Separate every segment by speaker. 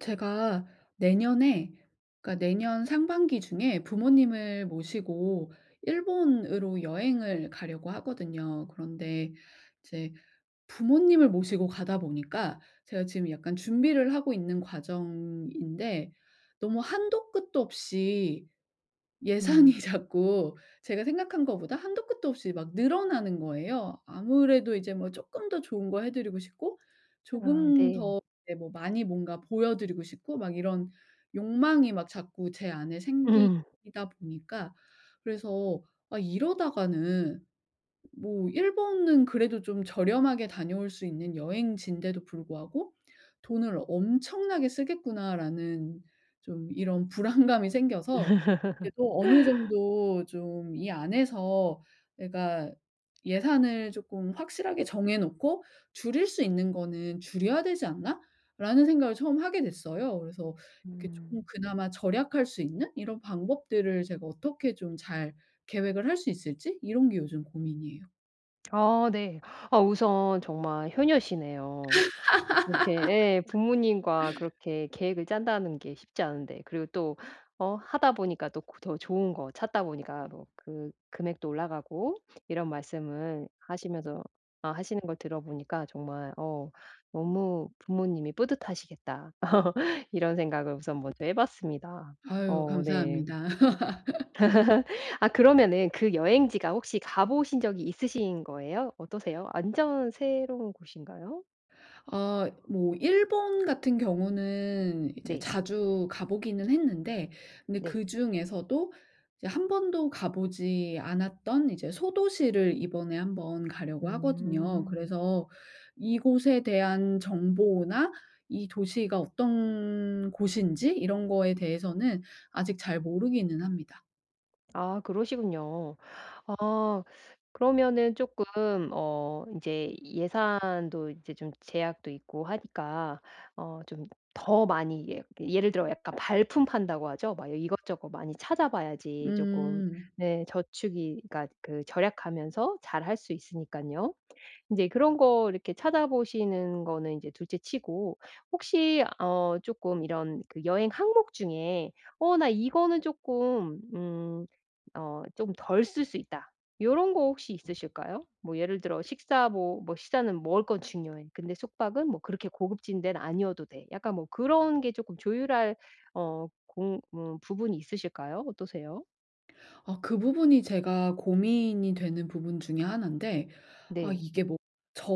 Speaker 1: 제가 내년에, 그러니까 내년 상반기 중에 부모님을 모시고 일본으로 여행을 가려고 하거든요. 그런데 이제 부모님을 모시고 가다 보니까 제가 지금 약간 준비를 하고 있는 과정인데, 너무 한도 끝도 없이 예산이
Speaker 2: 음.
Speaker 1: 자꾸 제가 생각한 거보다 한도 끝도 없이 막 늘어나는 거예요. 아무래도 이제 뭐 조금 더 좋은 거 해 드리고 싶고,
Speaker 2: 아
Speaker 1: 조금
Speaker 2: 네.
Speaker 1: 더 이제 뭐 많이 뭔가 보여 드리고 싶고, 막 이런 욕망이 막 자꾸 제 안에
Speaker 2: 음.
Speaker 1: 생기다 보니까, 그래서 '아, 이러다가는 뭐 일본은 그래도 좀 저렴하게 다녀올 수 있는 여행지인데도 불구하고 돈을 엄청나게 쓰겠구나.'라는 좀 이런 불안감이 생겨서, 그래도 어느 정도 좀 이 안에서 내가 예산을 쪼끔 확실하게 정해 놓고 '줄일 수 있는 거는 줄여야 되지 않나?'라는 생각을 처음 하게 됐어요. 그래서 이렇게 쪼끔
Speaker 2: 음.
Speaker 1: 그나마 절약할 수 있는 이런 방법들을 제가 어떻게 좀 잘 계획을 할 수 있을지, 이런 게 요즘 고민이에요.
Speaker 2: 아 네. 아 우선 정말 효녀시네요. 그렇게 예 부모님과 그렇게 계획을 짠다는 게 쉽지 않은데, 그리고 또 어 하다 보니까 또 그 더 좋은 거 찾다 보니까 뭐 그 금액도 올라가고 이런 말씀을 하시면서 아 하시는 걸 들어보니까 정말 어 너무 부모님이 뿌듯하시겠다. 이런 생각을 우선 먼저 해 봤습니다.
Speaker 1: 아유,
Speaker 2: 어 네.
Speaker 1: 감사합니다.
Speaker 2: 아 그러면은 그 여행지가 혹시 가 보신 적이 있으신 거예요? 어떠세요? 완전 새로운 곳인가요?
Speaker 1: 뭐 일본 같은 경우는 이제
Speaker 2: 네.
Speaker 1: 자주 가 보기는 했는데, 근데
Speaker 2: 네.
Speaker 1: 그중에서도 이제 한 번도 가 보지 않았던 이제 소도시를 이번에 한번 가려고 하거든요.
Speaker 2: 음.
Speaker 1: 그래서 이곳에 대한 정보나 이 도시가 어떤 곳인지, 이런 거에 대해서는 아직 잘 모르기는 합니다.
Speaker 2: 아 그러시군요. 아 그러면은 쪼끔 어 인제 예산도 이제 좀 제약도 있고 하니까 어 좀 더 많이 예 예를 들어 약간 발품 판다고 하죠. 막 이것저것 많이 찾아봐야지 쪼끔
Speaker 1: 음.
Speaker 2: 네 저축이 그러니까 그 절약하면서 잘할 수 있으니깐요. 인제 그런 거 이렇게 찾아보시는 거는 인제 둘째치고 혹시 어 쪼끔 이런 그 여행 항목 중에 '어 나 이거는 쪼끔 어 좀 덜 쓸 수 있다.' 요런 거 혹시 있으실까요? 뭐 예를 들어 식사 뭐 '식사는 먹을 건 중요해. 근데 숙박은 뭐 그렇게 고급진 데는 아니어도 돼.' 약간 뭐 그런 게 쪼끔 조율할 어 공 부분이 있으실까요? 어떠세요?
Speaker 1: 아, 그 부분이 제가 고민이 되는 부분 중에 하나인데, 아,
Speaker 2: 네.
Speaker 1: 이게 뭐 저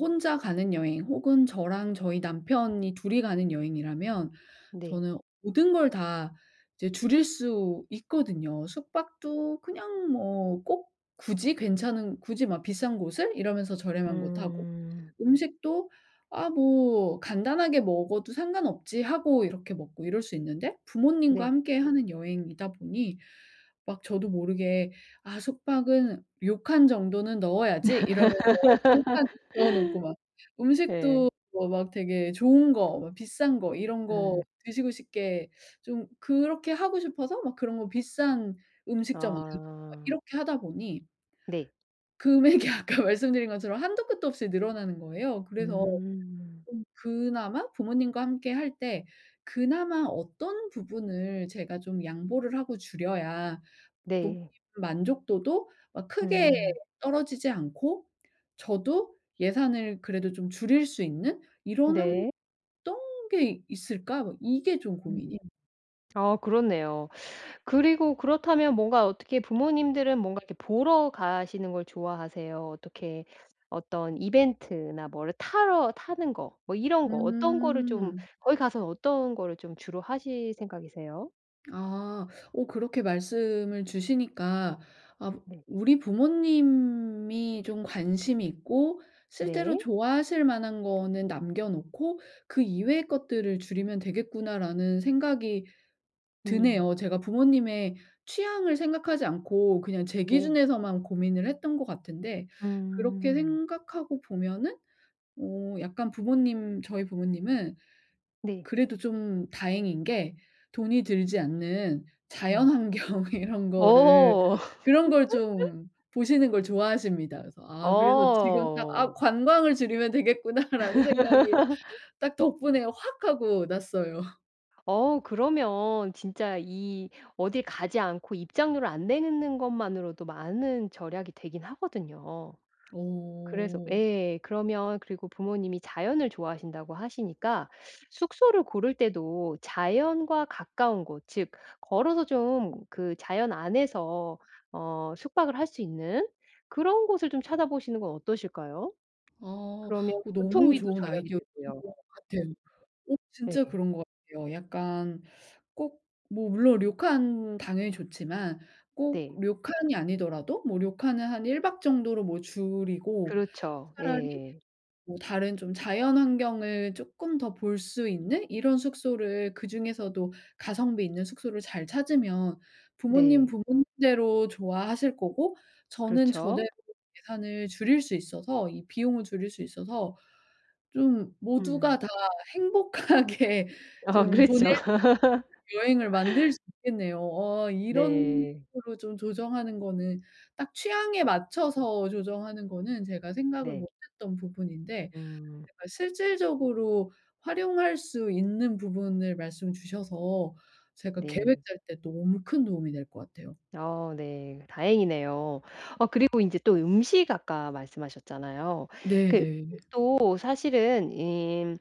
Speaker 1: 혼자 가는 여행, 혹은 저랑 저희 남편이 둘이 가는 여행이라면
Speaker 2: 네.
Speaker 1: 저는 모든 걸 다 이제 줄일 수 있거든요. 숙박도 그냥 뭐 꼭, 굳이 막 비싼 곳을 이러면서 저렴한 곳 하고,
Speaker 2: 음.
Speaker 1: 음식도 '아, 뭐 간단하게 먹어도 상관없지.' 하고 이렇게 먹고 이럴 수 있는데, 부모님과
Speaker 2: 네.
Speaker 1: 함께 하는 여행이다 보니 막 저도 모르게 '아, 숙박은 욕칸 정도는 넣어야지.' 이러면서 욕칸 넣어 놓고 막
Speaker 2: 예.
Speaker 1: 음식도 뭐 막 되게 좋은 거, 막 비싼 거, 이런 거
Speaker 2: 예.
Speaker 1: 드시고 싶게 좀 그렇게 하고 싶어서 막 그런 거 비싼 음식점 알아보고, 막
Speaker 2: 아.
Speaker 1: 이렇게 하다 보니
Speaker 2: 네.
Speaker 1: 금액이 아까 말씀드린 것처럼 한도 끝도 없이 늘어나는 거예요. 그래서
Speaker 2: 음.
Speaker 1: 좀 그나마 부모님과 함께 할 때 그나마 어떤 부분을 제가 좀 양보를 하고 줄여야 부모님
Speaker 2: 네.
Speaker 1: 만족도도 막 크게
Speaker 2: 음.
Speaker 1: 떨어지지 않고, 저도 예산을 그래도 좀 줄일 수 있는, 이런 항
Speaker 2: 네.
Speaker 1: '어떤 게 있을까?', 뭐 이게 좀
Speaker 2: 음.
Speaker 1: 고민이에요.
Speaker 2: 아 그렇네요. 그리고 그렇다면 뭔가 어떻게 부모님들은 뭔가 이렇게 보러 가시는 걸 좋아하세요? 어떻게 어떤 이벤트나 뭐를 타러 타는 거 뭐 이런 거 어떤 거를 좀
Speaker 1: 음.
Speaker 2: 거기 가서 어떤 거를 좀 주로 하실 생각이세요?
Speaker 1: 아. 그렇게 말씀을 주시니까, 아,
Speaker 2: 네.
Speaker 1: 우리 부모님이 좀 관심이 있고 실제로
Speaker 2: 네.
Speaker 1: 좋아하실 만한 거는 남겨 놓고 '그 이외의 것들을 줄이면 되겠구나.'라는 생각이
Speaker 2: 음.
Speaker 1: 드네요. 제가 부모님의 취향을 생각하지 않고 그냥 제
Speaker 2: 네.
Speaker 1: 기준에서만 고민을 했던 것 같은데, 그렇게
Speaker 2: 음.
Speaker 1: 생각하고 보면은, 어 약간 부모님 저희 부모님은
Speaker 2: 네.
Speaker 1: 그래도 좀 다행인 게, 돈이 들지 않는 자연
Speaker 2: 음.
Speaker 1: 환경 이런 거를,
Speaker 2: 어.
Speaker 1: 그런 걸 좀 보시는 걸 좋아하십니다. 그래서 아, 그래서 지금 딱
Speaker 2: 어.
Speaker 1: '아, 관광을 줄이면 되겠구나.'라는 생각이 딱 덕분에 확 하고 났어요.
Speaker 2: 어 그러면 진짜 이 어딜 가지 않고 입장료를 안 내는 것만으로도 많은 절약이 되긴 하거든요. 그래서
Speaker 1: 어.
Speaker 2: 예. 그러면, 그리고 부모님이 자연을 좋아하신다고 하시니까 숙소를 고를 때도 자연과 가까운 곳, 즉 걸어서 좀 그 자연 안에서 어 숙박을 할 수 있는 그런 곳을 좀 찾아보시는 건 어떠실까요?
Speaker 1: 아,
Speaker 2: 그러면
Speaker 1: 너무
Speaker 2: 교통비도
Speaker 1: 좋은
Speaker 2: 절약이
Speaker 1: 아이디어이신
Speaker 2: 되고요.
Speaker 1: 것 같아요. 진짜
Speaker 2: 네.
Speaker 1: 그런 것 같아요. 약간 꼭 뭐 물론 료칸 당연히 좋지만, 꼭
Speaker 2: 네.
Speaker 1: 료칸이 아니더라도 뭐 료칸을 한 1박 정도로 뭐 줄이고,
Speaker 2: 그렇죠.
Speaker 1: 차라리
Speaker 2: 예
Speaker 1: 뭐 다른 좀 자연 환경을 쪼끔 더 볼 수 있는 이런 숙소를, 그중에서도 가성비 있는 숙소를 잘 찾으면 부모님
Speaker 2: 네.
Speaker 1: 부모님대로 좋아하실 거고, 저는 저대로
Speaker 2: 그렇죠.
Speaker 1: 예산을 줄일 수 있어서, 이 비용을 줄일 수 있어서 좀
Speaker 2: 음.
Speaker 1: 모두가 다 행복하게
Speaker 2: 어
Speaker 1: 좀 보낼
Speaker 2: 그렇죠.
Speaker 1: 여행을 만들 수 있겠네요. 어, 이런
Speaker 2: 네.
Speaker 1: 식으로 좀 조정하는 거는, 딱 취향에 맞춰서 조정하는 거는 제가 생각을 못
Speaker 2: 네.
Speaker 1: 했던 부분인데,
Speaker 2: 음.
Speaker 1: 아, 실질적으로 활용할 수 있는 부분을 말씀 주셔서 제가 계획
Speaker 2: 네.
Speaker 1: 짤 때 너무 큰 도움이 될 것 같아요.
Speaker 2: 어 네. 다행이네요. 어 그리고 인제 또 음식 아까 말씀하셨잖아요. 그
Speaker 1: 네네.
Speaker 2: 뭐 사실은 이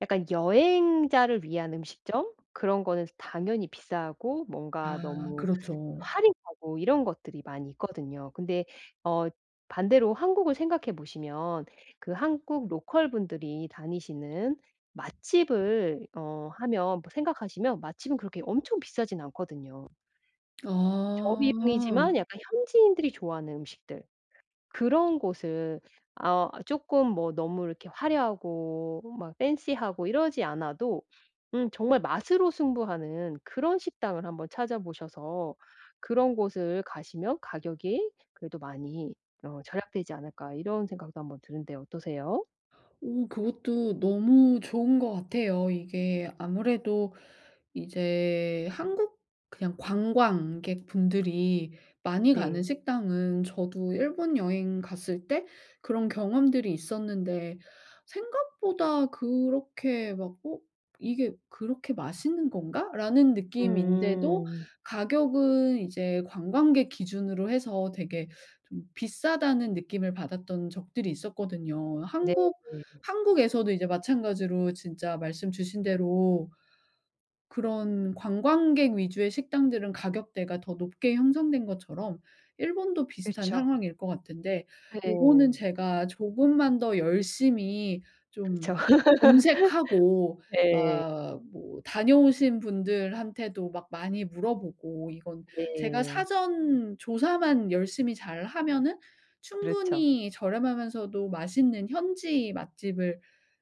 Speaker 2: 약간 여행자를 위한 음식점 그런 거는 당연히 비싸고 뭔가
Speaker 1: 아,
Speaker 2: 너무
Speaker 1: 그렇죠.
Speaker 2: 할인가고 이런 것들이 많이 있거든요. 근데 어 반대로 한국을 생각해 보시면 그 한국 로컬 분들이 다니시는 맛집을 어 하면 뭐 생각하시면 맛집은 그렇게 엄청 비싸진 않거든요.
Speaker 1: 아.
Speaker 2: 저비용이지만 약간 현지인들이 좋아하는 음식들 그런 곳은 아 쪼끔 뭐 너무 이렇게 화려하고 막 팬시하고 이러지 않아도 정말 맛으로 승부하는 그런 식당을 한번 찾아보셔서 그런 곳을 가시면 가격이 그래도 많이 어 '절약되지 않을까.' 이런 생각도 한번 드는데 어떠세요?
Speaker 1: 오, 그것도 너무 좋은 것 같아요. 이게 아무래도 이제 한국 그냥 관광객분들이 많이 가는
Speaker 2: 네.
Speaker 1: 식당은 저도 일본 여행 갔을 때 그런 경험들이 있었는데, 생각보다 그렇게 막 '어, 이게 그렇게 맛있는 건가?'라는 느낌인데도
Speaker 2: 음.
Speaker 1: 가격은 이제 관광객 기준으로 해서 되게 좀 비싸다는 느낌을 받았던 적들이 있었거든요.
Speaker 2: 네.
Speaker 1: 한국
Speaker 2: 네.
Speaker 1: 한국에서도 이제 마찬가지로 진짜 말씀 주신 대로 그런 관광객 위주의 식당들은 가격대가 더 높게 형성된 것처럼 일본도 비슷한
Speaker 2: 그렇죠.
Speaker 1: 상황일 것 같은데, 요거는
Speaker 2: 네.
Speaker 1: 제가 조금만 더 열심히 좀
Speaker 2: 그렇죠.
Speaker 1: 검색하고
Speaker 2: 네.
Speaker 1: 막 뭐 다녀오신 분들한테도 막 많이 물어보고, 이건 제가
Speaker 2: 네.
Speaker 1: 사전 조사만 열심히 잘 하면은
Speaker 2: 그렇죠.
Speaker 1: 충분히 저렴하면서도 맛있는 현지 맛집을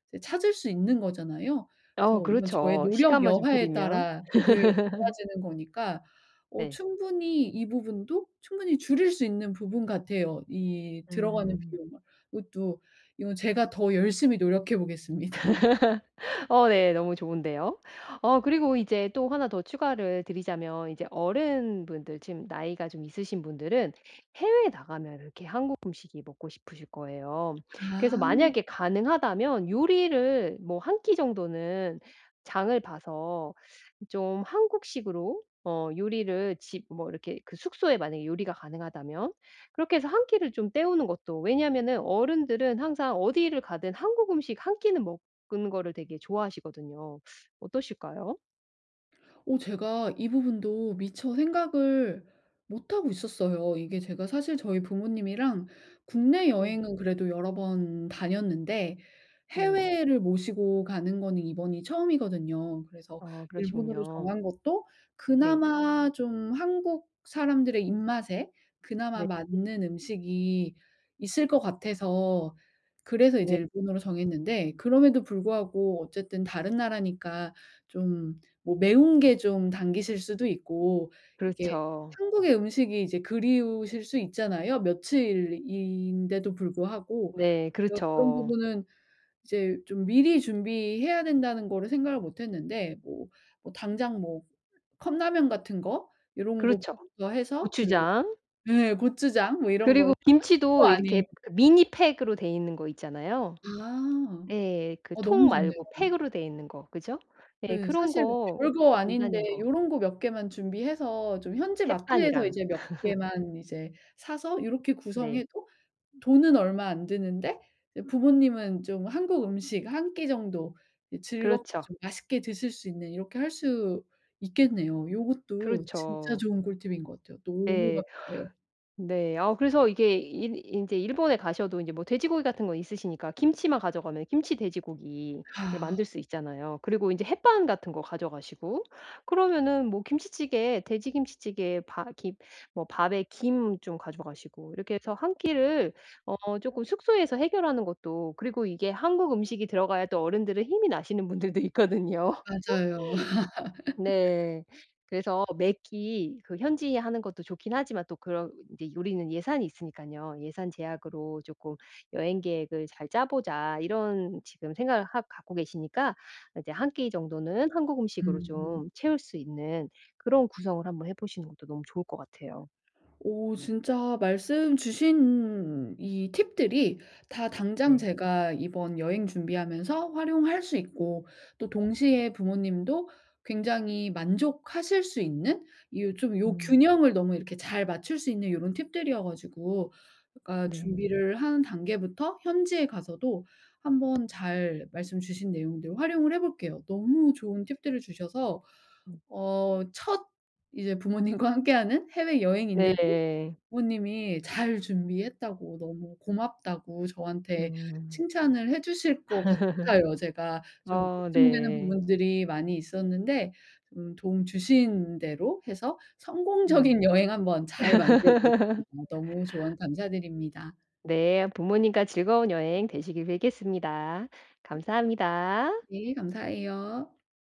Speaker 1: 이제 찾을 수 있는 거잖아요.
Speaker 2: 어
Speaker 1: 그래서 이건 저의
Speaker 2: 그렇죠.
Speaker 1: 노력
Speaker 2: 시간만 좀
Speaker 1: 여하에
Speaker 2: 들이면.
Speaker 1: 따라 늘 달라지는 거니까
Speaker 2: 네.
Speaker 1: 충분히 이 부분도 충분히 줄일 수 있는 부분 같아요, 이 들어가는
Speaker 2: 음.
Speaker 1: 비용을. 이것도 이건 제가 더 열심히 노력해 보겠습니다.
Speaker 2: 어 네. 너무 좋은데요. 어 그리고 이제 또 하나 더 추가를 드리자면 이제 어른분들, 지금 나이가 좀 있으신 분들은 해외에 나가면 이렇게 한국 음식이 먹고 싶으실 거예요. 그래서
Speaker 1: 아.
Speaker 2: 만약에 가능하다면 요리를 뭐 한 끼 정도는 장을 봐서 좀 한국식으로 어 요리를 집 뭐 이렇게 그 숙소에 만약에 요리가 가능하다면 그렇게 해서 한 끼를 좀 때우는 것도, 왜냐하면은 어른들은 항상 어디를 가든 한국 음식 한 끼는 먹 그런 거를 되게 좋아하시거든요. 어떠실까요?
Speaker 1: 제가 이 부분도 미처 생각을 못 하고 있었어요. 이게 제가 사실 저희 부모님이랑 국내
Speaker 2: 네.
Speaker 1: 여행은 그래도 여러 번 다녔는데
Speaker 2: 네.
Speaker 1: 해외를 모시고 가는 거는 이번이 처음이거든요. 그래서
Speaker 2: 아
Speaker 1: 일본으로
Speaker 2: 그러시군요.
Speaker 1: 정한 것도
Speaker 2: 네.
Speaker 1: 그나마 좀 한국 사람들의 입맛에 그나마
Speaker 2: 네.
Speaker 1: 맞는 음식이 있을 것 같아서, 그래서 이제
Speaker 2: 네.
Speaker 1: 일본으로 정했는데, 그럼에도 불구하고 어쨌든 다른 나라니까 좀 뭐 매운 게 좀 당기실 수도 있고, 이게
Speaker 2: 그렇죠.
Speaker 1: 한국의 음식이 이제 그리우실 수 있잖아요, 며칠인데도 불구하고.
Speaker 2: 네.
Speaker 1: 제가 그런
Speaker 2: 그렇죠.
Speaker 1: 부분은 이제 좀 미리 준비해야 된다는 거를 생각을 못 했는데, 뭐 당장 뭐 컵라면 같은 거 요런
Speaker 2: 그렇죠.
Speaker 1: 거부터 해서, 그리고
Speaker 2: 고추장.
Speaker 1: 예 고추장 뭐 이런 거 새
Speaker 2: 그리고
Speaker 1: 거
Speaker 2: 김치도
Speaker 1: 아닌
Speaker 2: 이렇게 그 미니 팩으로 돼 있는 거 있잖아요.
Speaker 1: 아.
Speaker 2: 예. 그
Speaker 1: 너무
Speaker 2: 통 말고
Speaker 1: 좋네요.
Speaker 2: 팩으로 돼 있는 거. 그죠? 예.
Speaker 1: 네.
Speaker 2: 그런
Speaker 1: 사실 뭐
Speaker 2: 거
Speaker 1: 별거
Speaker 2: 간단한
Speaker 1: 아닌데
Speaker 2: 거
Speaker 1: 요런 거 몇 개만 준비해서 좀 현지 마트에서
Speaker 2: 햇반이랑.
Speaker 1: 이제 몇 개만 이제 사서 요렇게
Speaker 2: 네.
Speaker 1: 구성해도 돈은 얼마 안 드는데 이제 부모님은 좀 한국 음식 한 끼 정도 이제 즐겁게
Speaker 2: 그렇죠.
Speaker 1: 좀 맛있게 드실 수 있는, 이렇게 할 수 있겠네요. 요것도 진짜
Speaker 2: 그렇죠.
Speaker 1: 좋은 꿀팁인 것 같아요. 너무
Speaker 2: 네.
Speaker 1: 감사해요.
Speaker 2: 네. 아 그래서 이게 일 인제 일본에 가셔도 인제 뭐 돼지고기 같은 건 있으시니까 김치만 가져가면 김치 돼지고기를
Speaker 1: 아,
Speaker 2: 만들 수 있잖아요. 그리고 인제 햇반 같은 거 가져가시고 그러면은 뭐 김치찌개 돼지 김치찌개에 바 김 뭐 밥에 김 좀 가져가시고 이렇게 해서 한 끼를 어 쪼끔 숙소에서 해결하는 것도. 그리고 이게 한국 음식이 들어가야 또 어른들은 힘이 나시는 분들도 있거든요.
Speaker 1: 맞아요.
Speaker 2: 네. 그래서 매끼 그 현지에 하는 것도 좋긴 하지만, 또 그런 인제 요리는 예산이 있으니깐요. '예산 제약으로 쪼끔 여행 계획을 잘 짜 보자.' 이런 지금 생각을 하 갖고 계시니까 이제 한 끼 정도는 한국 음식으로
Speaker 1: 음.
Speaker 2: 좀 채울 수 있는 그런 구성을 한번 해 보시는 것도 너무 좋을 것 같아요.
Speaker 1: 오, 진짜 말씀 주신 이 팁들이 다 당장
Speaker 2: 네.
Speaker 1: 제가 이번 여행 준비하면서 활용할 수 있고, 또 동시에 부모님도 굉장히 만족하실 수 있는, 이 좀 요
Speaker 2: 음
Speaker 1: 균형을 너무 이렇게 잘 맞출 수 있는 이런 팁들이어 가지고, 그러니까
Speaker 2: 네.
Speaker 1: 준비를 하는 단계부터 현지에 가서도 한번 잘 말씀 주신 내용들 활용을 해 볼게요. 너무 좋은 팁들을 주셔서
Speaker 2: 음.
Speaker 1: 어 첫 이제 부모님과 함께하는 해외여행인데도
Speaker 2: 네.
Speaker 1: 부모님이 "잘 준비했다."고 너무 고맙다고 저한테
Speaker 2: 음.
Speaker 1: 칭찬을 해 주실 것 같아요. 제가 좀
Speaker 2: 아
Speaker 1: 걱정되는
Speaker 2: 네.
Speaker 1: 부분들이 많이 있었는데, 좀 도움 주신 대로 해서
Speaker 2: 음.
Speaker 1: 성공적인 여행 한번 잘 만들어 보겠습니다. 너무 조언 감사드립니다.
Speaker 2: 네, 부모님과 즐거운 여행 되시길 빌겠습니다. 감사합니다.
Speaker 1: 네, 감사해요.